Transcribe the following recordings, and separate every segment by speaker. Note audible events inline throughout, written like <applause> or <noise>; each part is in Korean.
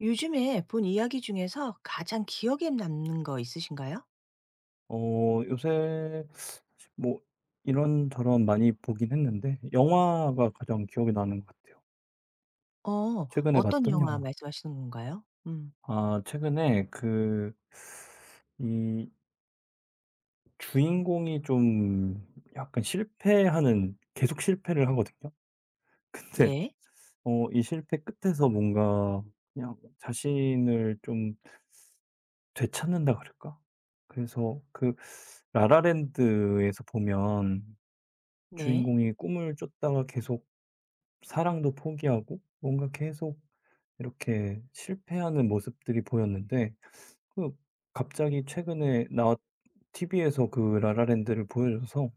Speaker 1: 요즘에 본 이야기 중에서 가장 기억에 남는 거 있으신가요?
Speaker 2: 어 요새 뭐 이런저런 많이 보긴 했는데 영화가 가장 기억에 나는 것 같아요.
Speaker 1: 어
Speaker 2: 최근에
Speaker 1: 어떤
Speaker 2: 봤던
Speaker 1: 영화
Speaker 2: 영화.
Speaker 1: 말씀하시는 건가요? 음.
Speaker 2: 아 최근에 그 이 주인공이 좀 약간 실패하는 계속 실패를 하거든요. <laughs> 근데
Speaker 1: 네.
Speaker 2: 어 이 실패 끝에서 뭔가 그냥 자신을 좀 되찾는다 그럴까? 그래서 그 라라랜드에서 보면
Speaker 1: 네.
Speaker 2: 주인공이 꿈을 쫓다가 계속 사랑도 포기하고 뭔가 계속 이렇게 실패하는 모습들이 보였는데 그 갑자기 최근에 나왔 TV에서 그 라라랜드를 보여줘서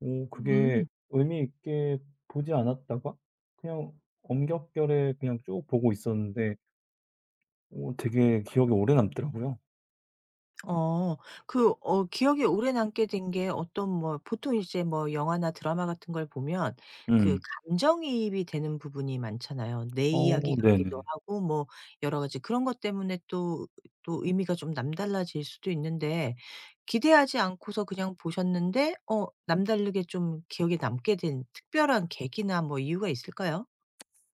Speaker 2: 오 그게
Speaker 1: 음.
Speaker 2: 의미 있게 보지 않았다가 그냥 엄격결에 그냥 쭉 보고 있었는데 오 되게 기억에 오래 남더라고요.
Speaker 1: 어. 기억에 오래 남게 된 게 어떤 뭐 보통 이제 뭐 영화나 드라마 같은 걸 보면 그
Speaker 2: 음.
Speaker 1: 감정이입이 되는 부분이 많잖아요. 내 이야기
Speaker 2: 어
Speaker 1: 같기도
Speaker 2: 네네.
Speaker 1: 하고 뭐 여러 가지 그런 것 때문에 또 또 의미가 좀 남달라질 수도 있는데 기대하지 않고서 그냥 보셨는데 어 남다르게 좀 기억에 남게 된 특별한 계기나 뭐 이유가 있을까요?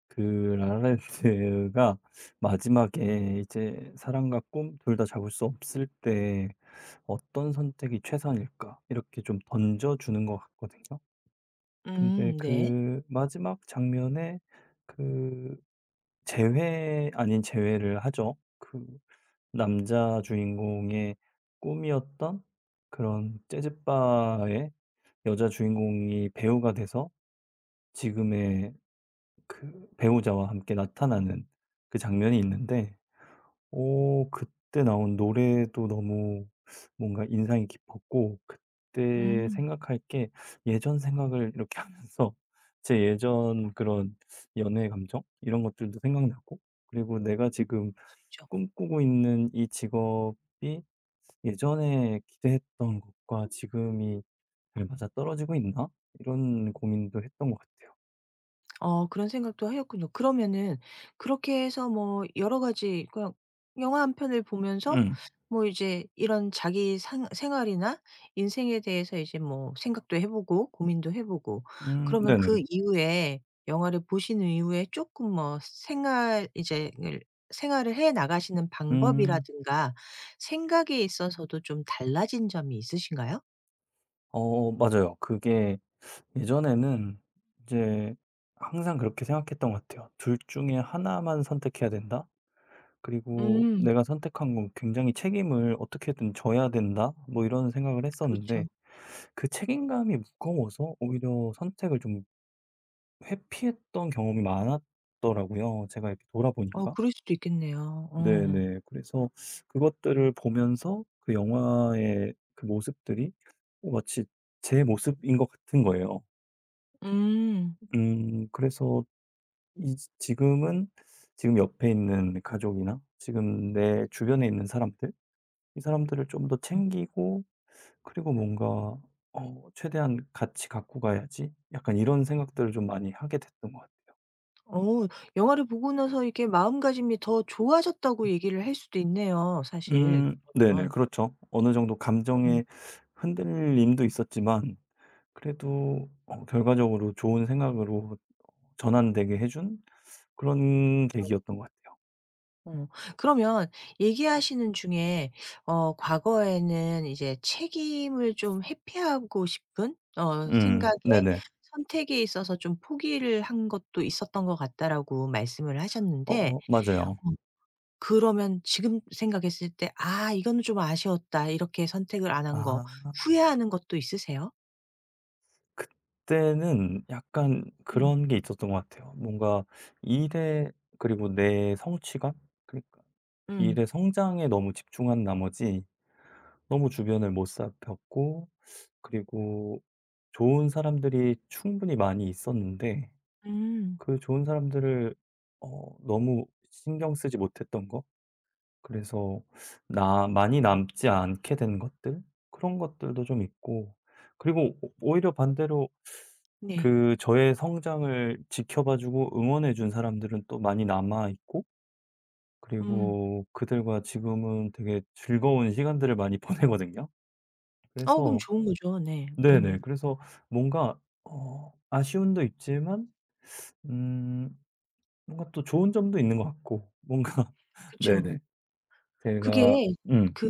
Speaker 2: 그 라라랜드가 마지막에 이제 사랑과 꿈 둘 다 잡을 수 없을 때 '어떤 선택이 최선일까?' 이렇게 좀 던져 주는 것 같거든요. 근데
Speaker 1: 네.
Speaker 2: 그 마지막 장면에 그 재회 아닌 재회를 하죠. 그 남자 주인공의 꿈이었던 그런 재즈 바의 여자 주인공이 배우가 돼서 지금의 그 배우자와 함께 나타나는 그 장면이 있는데 오, 그때 나온 노래도 너무 뭔가 인상이 깊었고 그때
Speaker 1: 음.
Speaker 2: 생각할 게 예전 생각을 이렇게 <laughs> 하면서 제 예전 그런 연애 감정 이런 것들도 생각나고 그리고 내가
Speaker 1: 음.
Speaker 2: 지금
Speaker 1: 그죠.
Speaker 2: 꿈꾸고 있는 이 직업이 예전에 기대했던 것과 지금이 잘 맞아떨어지고 있나? 이런 고민도 했던 것 같아요.
Speaker 1: 어 그런 생각도 하셨군요. 그러면은 그렇게 해서 뭐 여러 가지 그냥 영화 한 편을 보면서
Speaker 2: 음.
Speaker 1: 뭐 이제 이런 자기 상 생활이나 인생에 대해서 이제 뭐 생각도 해 보고 고민도 해 보고 그러면
Speaker 2: 네네.
Speaker 1: 그 이후에 영화를 보신 이후에 조금 뭐 생활 이제 을 생활을 해 나가시는
Speaker 2: 음.
Speaker 1: 방법이라든가 생각에 있어서도 좀 달라진 점이 있으신가요?
Speaker 2: 어 맞아요. 그게 예전에는 이제 항상 그렇게 생각했던 것 같아요. '둘 중에 하나만 선택해야 된다. 그리고
Speaker 1: 음
Speaker 2: 내가 선택한 건 굉장히 책임을 어떻게든 져야 된다.' 뭐 이런 생각을
Speaker 1: 그렇죠.
Speaker 2: 했었는데 그 책임감이 무거워서 오히려 선택을 좀 회피했던 경험이 많았더라고요, 제가 이렇게
Speaker 1: 어
Speaker 2: 돌아보니까.
Speaker 1: 그럴 수도 있겠네요. 어.
Speaker 2: 네네. 그래서 그것들을 보면서 그 영화의 그 모습들이 어 마치 제 모습인 것 같은 거예요.
Speaker 1: 음. 음.
Speaker 2: 그래서 이 지금은 지금 옆에 있는 가족이나 지금 내 주변에 있는 사람들 이 사람들을 좀 더 챙기고 그리고 뭔가 '어 최대한 같이 갖고 가야지.' 약간 이런 생각들을 좀 많이 하게 됐던 것 같아요.
Speaker 1: 어 영화를 보고 나서 이렇게 마음가짐이 더 좋아졌다고 얘기를 할 수도 있네요 사실.
Speaker 2: 네네.
Speaker 1: 그러면.
Speaker 2: 그렇죠. 어느 정도
Speaker 1: 음.
Speaker 2: 감정의 흔들림도 있었지만 그래도 어 결과적으로 좋은 생각으로 전환되게 해준 그런 계기였던 것 같아요.
Speaker 1: 어. 그러면 얘기하시는 중에 어 과거에는 이제 책임을 좀 회피하고 싶은 어 생각에
Speaker 2: 네네.
Speaker 1: 선택에 있어서 좀 포기를 한 것도 있었던 것 같다라고 말씀을 하셨는데
Speaker 2: 어 맞아요.
Speaker 1: 어 그러면 지금 생각했을 때 '아 이거는 좀 아쉬웠다.' 이렇게 선택을 안 한 거
Speaker 2: 아.
Speaker 1: 후회하는 것도 있으세요?
Speaker 2: 그때는 약간
Speaker 1: 음.
Speaker 2: 그런 게 있었던 것 같아요. 뭔가 일에 그리고 내 성취감? 그러니까
Speaker 1: 음.
Speaker 2: 일의 성장에 너무 집중한 나머지 너무 주변을 못 살폈고 그리고 좋은 사람들이 충분히 많이 있었는데
Speaker 1: 음.
Speaker 2: 그 좋은 사람들을 어 너무 신경 쓰지 못했던 거? 그래서 나 많이 남지 않게 된 것들? 그런 것들도 좀 있고 그리고 오 오히려 반대로
Speaker 1: 네.
Speaker 2: 그 저의 성장을 지켜봐 주고 응원해 준 사람들은 또 많이 남아 있고
Speaker 1: 음.
Speaker 2: 그리고 그들과 지금은 되게 즐거운 시간들을 많이 <laughs> 보내거든요.
Speaker 1: 어 그럼
Speaker 2: 그래서
Speaker 1: 좋은 거죠. 네.
Speaker 2: 네네.
Speaker 1: 음.
Speaker 2: 그래서 뭔가 어 아쉬움도 있지만 음 뭔가 또 좋은 점도 있는 것 같고 뭔가 <laughs>
Speaker 1: 그쵸.
Speaker 2: 네네. 제가
Speaker 1: 그게
Speaker 2: 음.
Speaker 1: 그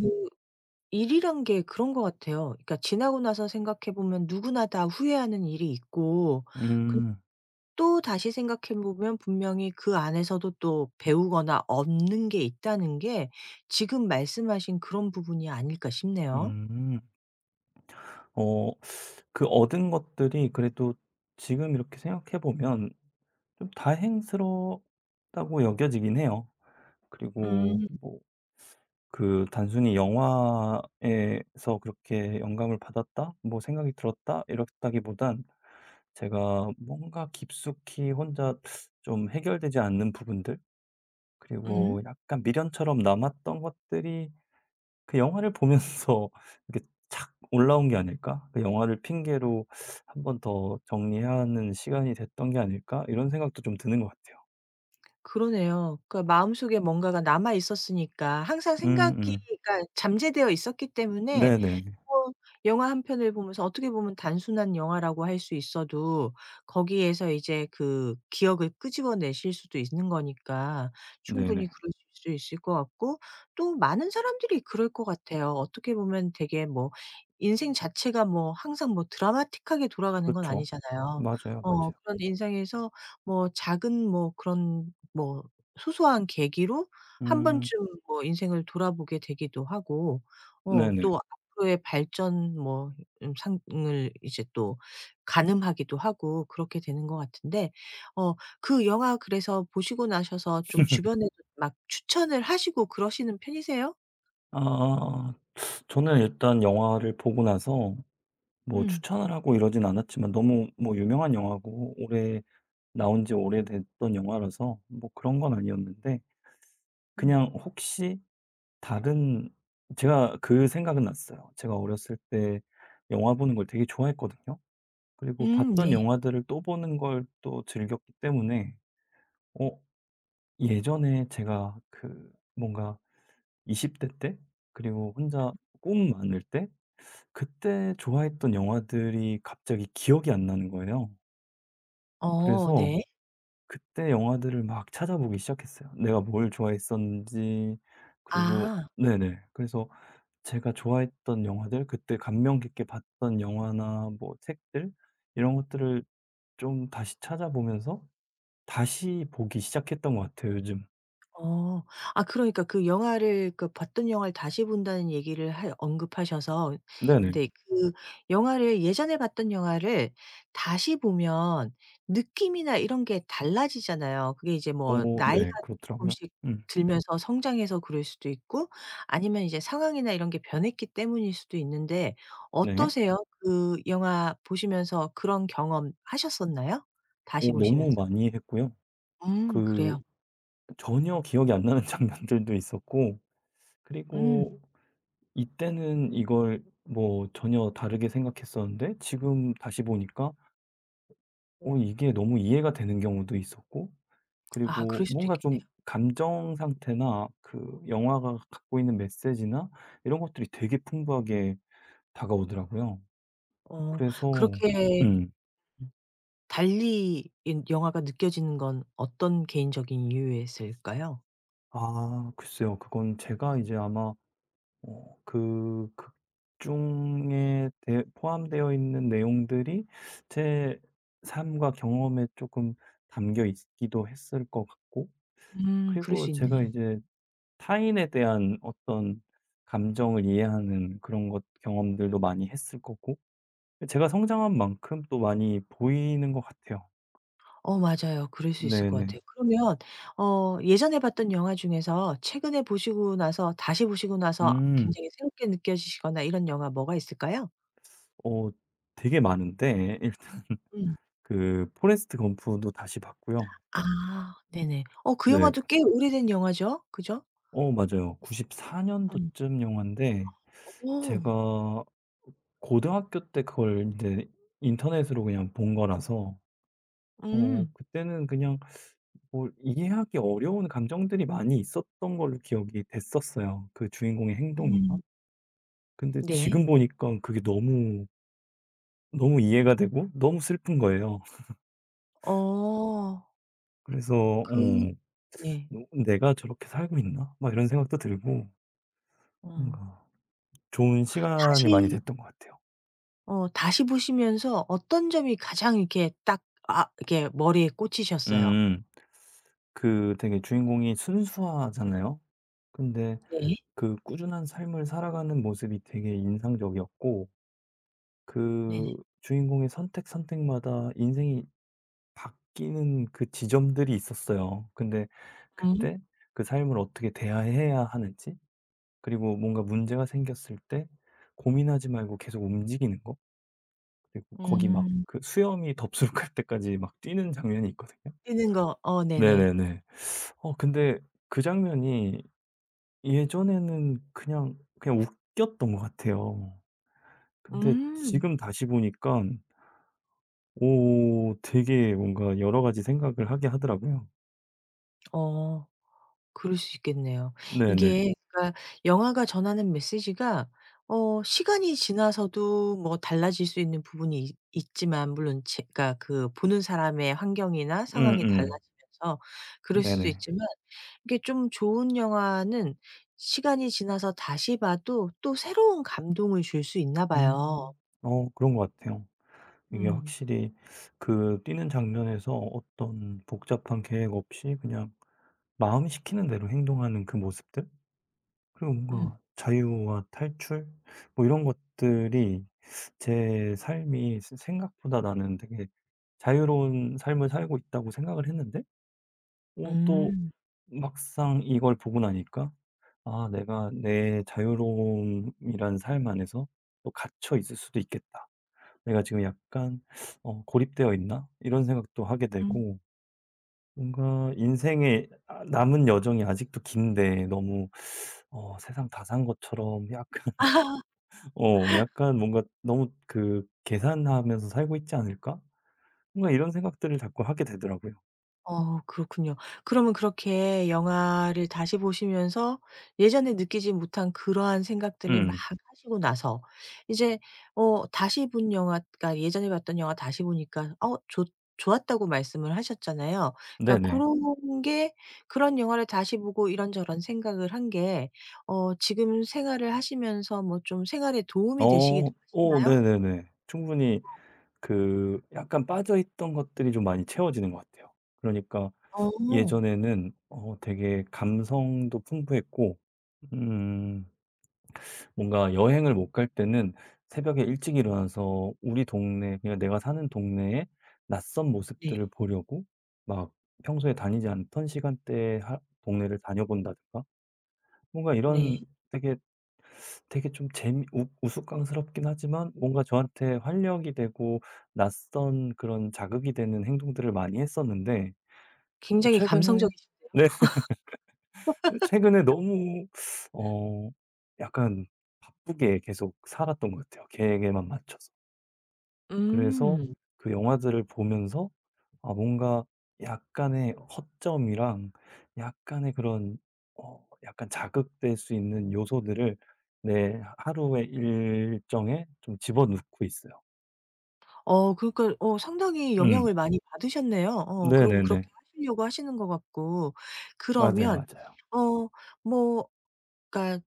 Speaker 1: 일이란 게 그런 것 같아요. 그러니까 지나고 나서 생각해 보면 누구나 다 후회하는 일이 있고 근
Speaker 2: 음.
Speaker 1: 또다시 생각해 보면 분명히 그 안에서도 또 배우거나 얻는 게 있다는 게 지금 말씀하신 그런 부분이 아닐까 싶네요.
Speaker 2: 음. 어 그 얻은 것들이 그래도 지금 이렇게 생각해 보면 좀 다행스럽다고 여겨지긴 해요. 그리고
Speaker 1: 음.
Speaker 2: 뭐 그 단순히 '영화에서 그렇게 영감을 받았다.' 뭐 '생각이 들었다.' 이렇다기보단 제가 뭔가 깊숙이 혼자 좀 해결되지 않는 부분들
Speaker 1: 음.
Speaker 2: 그리고 약간 미련처럼 남았던 것들이 그 영화를 보면서 <laughs> 이렇게 착 올라온 게 아닐까? 그 영화를 핑계로 '한 번 더 정리하는 시간이 됐던 게 아닐까?' 이런 생각도 좀 드는 것 같아요.
Speaker 1: 그러네요. 그러니까 마음속에 뭔가가 남아 있었으니까 항상 생각이
Speaker 2: 음음.
Speaker 1: 그러니까 잠재되어 있었기 때문에
Speaker 2: 네네.
Speaker 1: 어 영화 한 편을 보면서 어떻게 보면 단순한 영화라고 할 수 있어도 거기에서 이제 그 기억을 끄집어내실 수도 있는 거니까 충분히
Speaker 2: 네네.
Speaker 1: 그러실 수 있을 것 같고 또 많은 사람들이 그럴 것 같아요. 어떻게 보면 되게 뭐 인생 자체가 뭐 항상 뭐 드라마틱하게 돌아가는 건
Speaker 2: 그렇죠.
Speaker 1: 아니잖아요.
Speaker 2: 맞아요,
Speaker 1: 어
Speaker 2: 맞아요.
Speaker 1: 그런 인생에서 뭐 작은 뭐 그런 뭐 소소한 계기로 한 번쯤
Speaker 2: 음
Speaker 1: 뭐 인생을 돌아보게 되기도 하고 어
Speaker 2: 네네.
Speaker 1: 또 앞으로의 발전 뭐 상을 이제 또 가늠하기도 하고 그렇게 되는 것 같은데 어 그 영화 그래서 보시고 나셔서 좀 주변에도 막 추천을 하시고 그러시는 편이세요?
Speaker 2: 아 저는 일단 영화를 보고 나서 뭐
Speaker 1: 음.
Speaker 2: 추천을 하고 이러진 않았지만 너무 뭐 유명한 영화고 올해 나온 지 오래됐던 영화라서 뭐 그런 건 아니었는데
Speaker 1: 음.
Speaker 2: 그냥 혹시 다른 제가 그 생각은 났어요. 제가 어렸을 때 영화 보는 걸 되게 좋아했거든요. 그리고 봤던
Speaker 1: 네.
Speaker 2: 영화들을 또 보는 걸 또 즐겼기 때문에 어 예전에 제가 그 뭔가 20대 때 그리고 혼자 꿈 많을 때 그때 좋아했던 영화들이 갑자기 기억이 안 나는 거예요.
Speaker 1: 어
Speaker 2: 그래서
Speaker 1: 네.
Speaker 2: 그때 영화들을 막 찾아보기 시작했어요. 내가 뭘 좋아했었는지 그리고
Speaker 1: 아.
Speaker 2: 네네. 그래서 제가 좋아했던 영화들, 그때 감명 깊게 봤던 영화나 뭐 책들 이런 것들을 좀 다시 찾아보면서 다시 보기 시작했던 것 같아요, 요즘.
Speaker 1: 어. 아 그러니까 그 영화를 그 봤던 영화를 다시 본다는 얘기를 하 언급하셔서
Speaker 2: 네네. 네.
Speaker 1: 근데 그 영화를 예전에 봤던 영화를 다시 보면 느낌이나 이런 게 달라지잖아요. 그게 이제 뭐
Speaker 2: 어
Speaker 1: 나이가
Speaker 2: 네. 그렇더라고요.
Speaker 1: 조금씩
Speaker 2: 음
Speaker 1: 들면서 성장해서 그럴 수도 있고 아니면 이제 상황이나 이런 게 변했기 때문일 수도 있는데
Speaker 2: 네.
Speaker 1: 어떠세요? 그 영화 보시면서 그런 경험 하셨었나요? 다시
Speaker 2: 오,
Speaker 1: 보시면서?
Speaker 2: 너무 많이 했고요. 그
Speaker 1: 그래요.
Speaker 2: 전혀 기억이 안 나는 <laughs> 장면들도 있었고
Speaker 1: 음.
Speaker 2: 그리고 이때는 이걸 뭐 전혀 다르게 생각했었는데 지금 다시 보니까 오, 이게 너무 이해가 되는 경우도 있었고
Speaker 1: 아 그럴
Speaker 2: 그리고
Speaker 1: 수도
Speaker 2: 뭔가
Speaker 1: 있겠네요.
Speaker 2: 좀 감정 상태나 그 영화가 갖고 있는 메시지나 이런 것들이 되게 풍부하게 다가오더라고요.
Speaker 1: 어
Speaker 2: 그래서
Speaker 1: 그렇게
Speaker 2: 음.
Speaker 1: 음. 달리 인 영화가 느껴지는 건 어떤 개인적인 이유였을까요?
Speaker 2: 아 글쎄요. 그건 제가 이제 아마 어 그 극 중에 대 포함되어 있는 내용들이 제 삶과 경험에 쪼끔 담겨 있기도 했을 것 같고
Speaker 1: 그럴
Speaker 2: 그리고
Speaker 1: 수
Speaker 2: 제가
Speaker 1: 있네.
Speaker 2: 이제 타인에 대한 어떤 감정을 이해하는 그런 것 경험들도 많이 했을 거고 제가 성장한 만큼 또 많이 보이는 것 같아요.
Speaker 1: 어 맞아요. 그럴 수 있을 것 같아요.
Speaker 2: 네네.
Speaker 1: 그러면 어 예전에 봤던 영화 중에서 최근에 보시고 나서 다시 보시고 나서
Speaker 2: 음.
Speaker 1: 굉장히 새롭게 느껴지시거나 이런 영화 뭐가 있을까요?
Speaker 2: 어 되게 많은데 일단
Speaker 1: 음.
Speaker 2: 그 포레스트 검프도 다시 봤고요.
Speaker 1: 아 네네. 어 그
Speaker 2: 네.
Speaker 1: 영화도 꽤 오래된 영화죠. 그죠?
Speaker 2: 어 맞아요. 94년도
Speaker 1: 음.
Speaker 2: 년도쯤 영화인데
Speaker 1: 어
Speaker 2: 제가 고등학교 때 그걸 인제 인터넷으로 그냥 본 거라서 어
Speaker 1: 음.
Speaker 2: 그때는 그냥 뭐 이해하기 어려운 감정들이 많이 있었던 걸로 기억이 됐었어요, 그 주인공의 행동이나.
Speaker 1: 음.
Speaker 2: 근데
Speaker 1: 네.
Speaker 2: 지금 보니까 그게 너무, 너무 이해가 되고 너무 슬픈 거예요.
Speaker 1: 어
Speaker 2: 그래서
Speaker 1: 그
Speaker 2: 어
Speaker 1: 네.
Speaker 2: '너 내가 저렇게 살고 있나?' 막 이런 생각도 들고
Speaker 1: 어.
Speaker 2: 뭔가 좋은
Speaker 1: 다시
Speaker 2: 시간이 많이 됐던 것 같아요.
Speaker 1: 다시 보시면서 어떤 점이 가장 이렇게 딱 아 이렇게 머리에 꽂히셨어요?
Speaker 2: 음. 그 되게 주인공이 순수하잖아요. 근데
Speaker 1: 네.
Speaker 2: 그 꾸준한 삶을 살아가는 모습이 되게 인상적이었고
Speaker 1: 네네.
Speaker 2: 그 주인공의 선택, 선택마다 인생이 바뀌는 그 지점들이 있었어요. 근데
Speaker 1: 음.
Speaker 2: 그때 그 삶을 어떻게 대해야 하는지, 그리고 뭔가 문제가 생겼을 때 고민하지 말고 계속 움직이는 거, 그리고 거기 막
Speaker 1: 음.
Speaker 2: 그 수염이 덥수룩할 때까지 막 뛰는 장면이 있거든요.
Speaker 1: 뛰는 거 어 네네.
Speaker 2: 네네네. 어 근데 그 장면이 예전에는 그냥 그냥 웃겼던 것 같아요. 근데
Speaker 1: 음.
Speaker 2: 지금 다시 보니까 오 되게 뭔가 여러 가지 생각을 하게 하더라고요.
Speaker 1: 어. 그럴 수 있겠네요.
Speaker 2: 네네.
Speaker 1: 이게 그러니까 영화가 전하는 메시지가 어 시간이 지나서도 뭐 달라질 수 있는 부분이 있 있지만 물론 제 그러니까 그 보는 사람의 환경이나 상황이
Speaker 2: 음음.
Speaker 1: 달라지면서 그럴 수도
Speaker 2: 네네.
Speaker 1: 있지만 이게 좀 좋은 영화는 시간이 지나서 다시 봐도 또 새로운 감동을 줄 수 있나 봐요.
Speaker 2: 음. 어 그런 것 같아요. 이게
Speaker 1: 음.
Speaker 2: 확실히 그 뛰는 장면에서 어떤 복잡한 계획 없이 그냥 마음이 시키는 대로 행동하는 그 모습들? 그리고
Speaker 1: 음.
Speaker 2: 뭔가 자유와 탈출? 뭐 이런 것들이 제 삶이 스 생각보다 나는 되게 자유로운 삶을 살고 있다고 생각을 했는데 어 또
Speaker 1: 음.
Speaker 2: 막상 이걸 보고 나니까 '아 내가 내 자유로움이란 삶 안에서 또 갇혀 있을 수도 있겠다.' '내가 지금 약간 어 고립되어 있나?' 이런 생각도 하게
Speaker 1: 음.
Speaker 2: 되고 뭔가 인생의 아 남은 여정이 아직도 긴데 너무 어 세상 다 산 것처럼 약간
Speaker 1: <laughs>
Speaker 2: <laughs> 어 약간 뭔가 너무 그 '계산하면서 살고 있지 않을까?' 뭔가 이런 생각들을 자꾸 하게 되더라고요.
Speaker 1: 어 그렇군요. 그러면 그렇게 영화를 다시 보시면서 예전에 느끼지 못한 그러한 생각들을 막
Speaker 2: 음.
Speaker 1: 하시고 나서 이제 어 다시 본 영화 그러니까 예전에 봤던 영화 다시 보니까 어 좋 좋았다고 말씀을 하셨잖아요. 그러니까
Speaker 2: 네네.
Speaker 1: 그런 게 그런 영화를 다시 보고 이런저런 생각을 한 게 어 지금 생활을 하시면서 뭐 좀 생활에 도움이 되시기도
Speaker 2: 어. 어
Speaker 1: 하시나요?
Speaker 2: 네네네. 충분히 그 약간 빠져있던 것들이 좀 많이 채워지는 것 같아요. 그러니까
Speaker 1: 어.
Speaker 2: 예전에는 어 되게 감성도 풍부했고 음 뭔가 여행을 못 갈 때는 새벽에 일찍 일어나서 우리 동네 그냥 내가 사는 동네의 낯선
Speaker 1: 네.
Speaker 2: 모습들을 보려고 막 평소에 다니지 않던 시간대에 하 동네를 다녀본다든가 뭔가
Speaker 1: 네.
Speaker 2: 이런 되게 좀 재미 우 우스꽝스럽긴 하지만 뭔가 저한테 활력이 되고 낯선 그런 자극이 되는 행동들을 많이 했었는데 뭐
Speaker 1: 굉장히
Speaker 2: 최근에
Speaker 1: 감성적이신데요.
Speaker 2: 네 <laughs> 최근에 너무 어 약간 바쁘게 계속 살았던 것 같아요, 계획에만 맞춰서. 그래서
Speaker 1: 음.
Speaker 2: 그 영화들을 보면서 아 뭔가 약간의 허점이랑 약간의 그런 어 약간 자극될 수 있는 요소들을 내 하루의 일정에 좀 집어넣고 있어요.
Speaker 1: 어 그러니까 어 상당히
Speaker 2: 음.
Speaker 1: 영향을 많이 받으셨네요. 어 그러고 그렇게
Speaker 2: 네네네.
Speaker 1: 하시려고 하시는 것 같고.
Speaker 2: 맞아요,
Speaker 1: 그러면
Speaker 2: 맞아요.
Speaker 1: 어 뭐 그러니까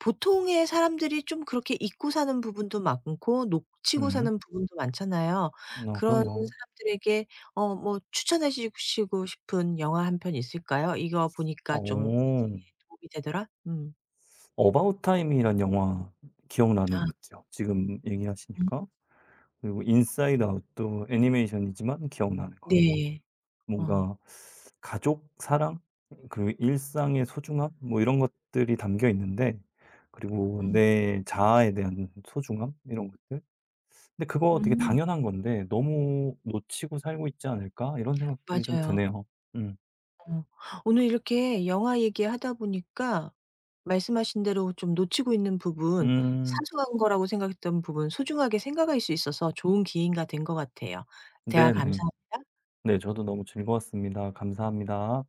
Speaker 1: 보통의 사람들이 좀 그렇게 잊고 사는 부분도 많고 놓치고
Speaker 2: 음.
Speaker 1: 사는 부분도 많잖아요.
Speaker 2: 어
Speaker 1: 그런
Speaker 2: 그럼요.
Speaker 1: 사람들에게 어 뭐 추천해 주시고 싶은 영화 한 편 있을까요? '이거 보니까 좀
Speaker 2: 어.
Speaker 1: 인생에 도움이 되더라.' 음.
Speaker 2: 어바웃 타임이란 영화 기억나는
Speaker 1: 아.
Speaker 2: 것 같아요, 지금
Speaker 1: 음.
Speaker 2: 얘기하시니까. 그리고 인사이드 아웃도 애니메이션이지만 기억나는 것.
Speaker 1: 네. 어.
Speaker 2: 뭔가 가족 사랑 그리고 일상의 소중함 뭐 이런 것들이 담겨 있는데 그리고
Speaker 1: 음.
Speaker 2: 내 자아에 대한 소중함 이런 것들. 근데 그거 되게
Speaker 1: 음.
Speaker 2: 당연한 건데 '너무 놓치고 살고 있지 않을까?' 이런 생각들이 좀
Speaker 1: 맞아요.
Speaker 2: 드네요. 음.
Speaker 1: 어. 오늘 이렇게 영화 얘기하다 보니까 말씀하신 대로 좀 놓치고 있는 부분,
Speaker 2: 음.
Speaker 1: 사소한 거라고 생각했던 부분 소중하게 생각할 수 있어서 좋은 기회가 된 것 같아요. 대화
Speaker 2: 네네.
Speaker 1: 감사합니다.
Speaker 2: 네 저도 너무 즐거웠습니다. 감사합니다.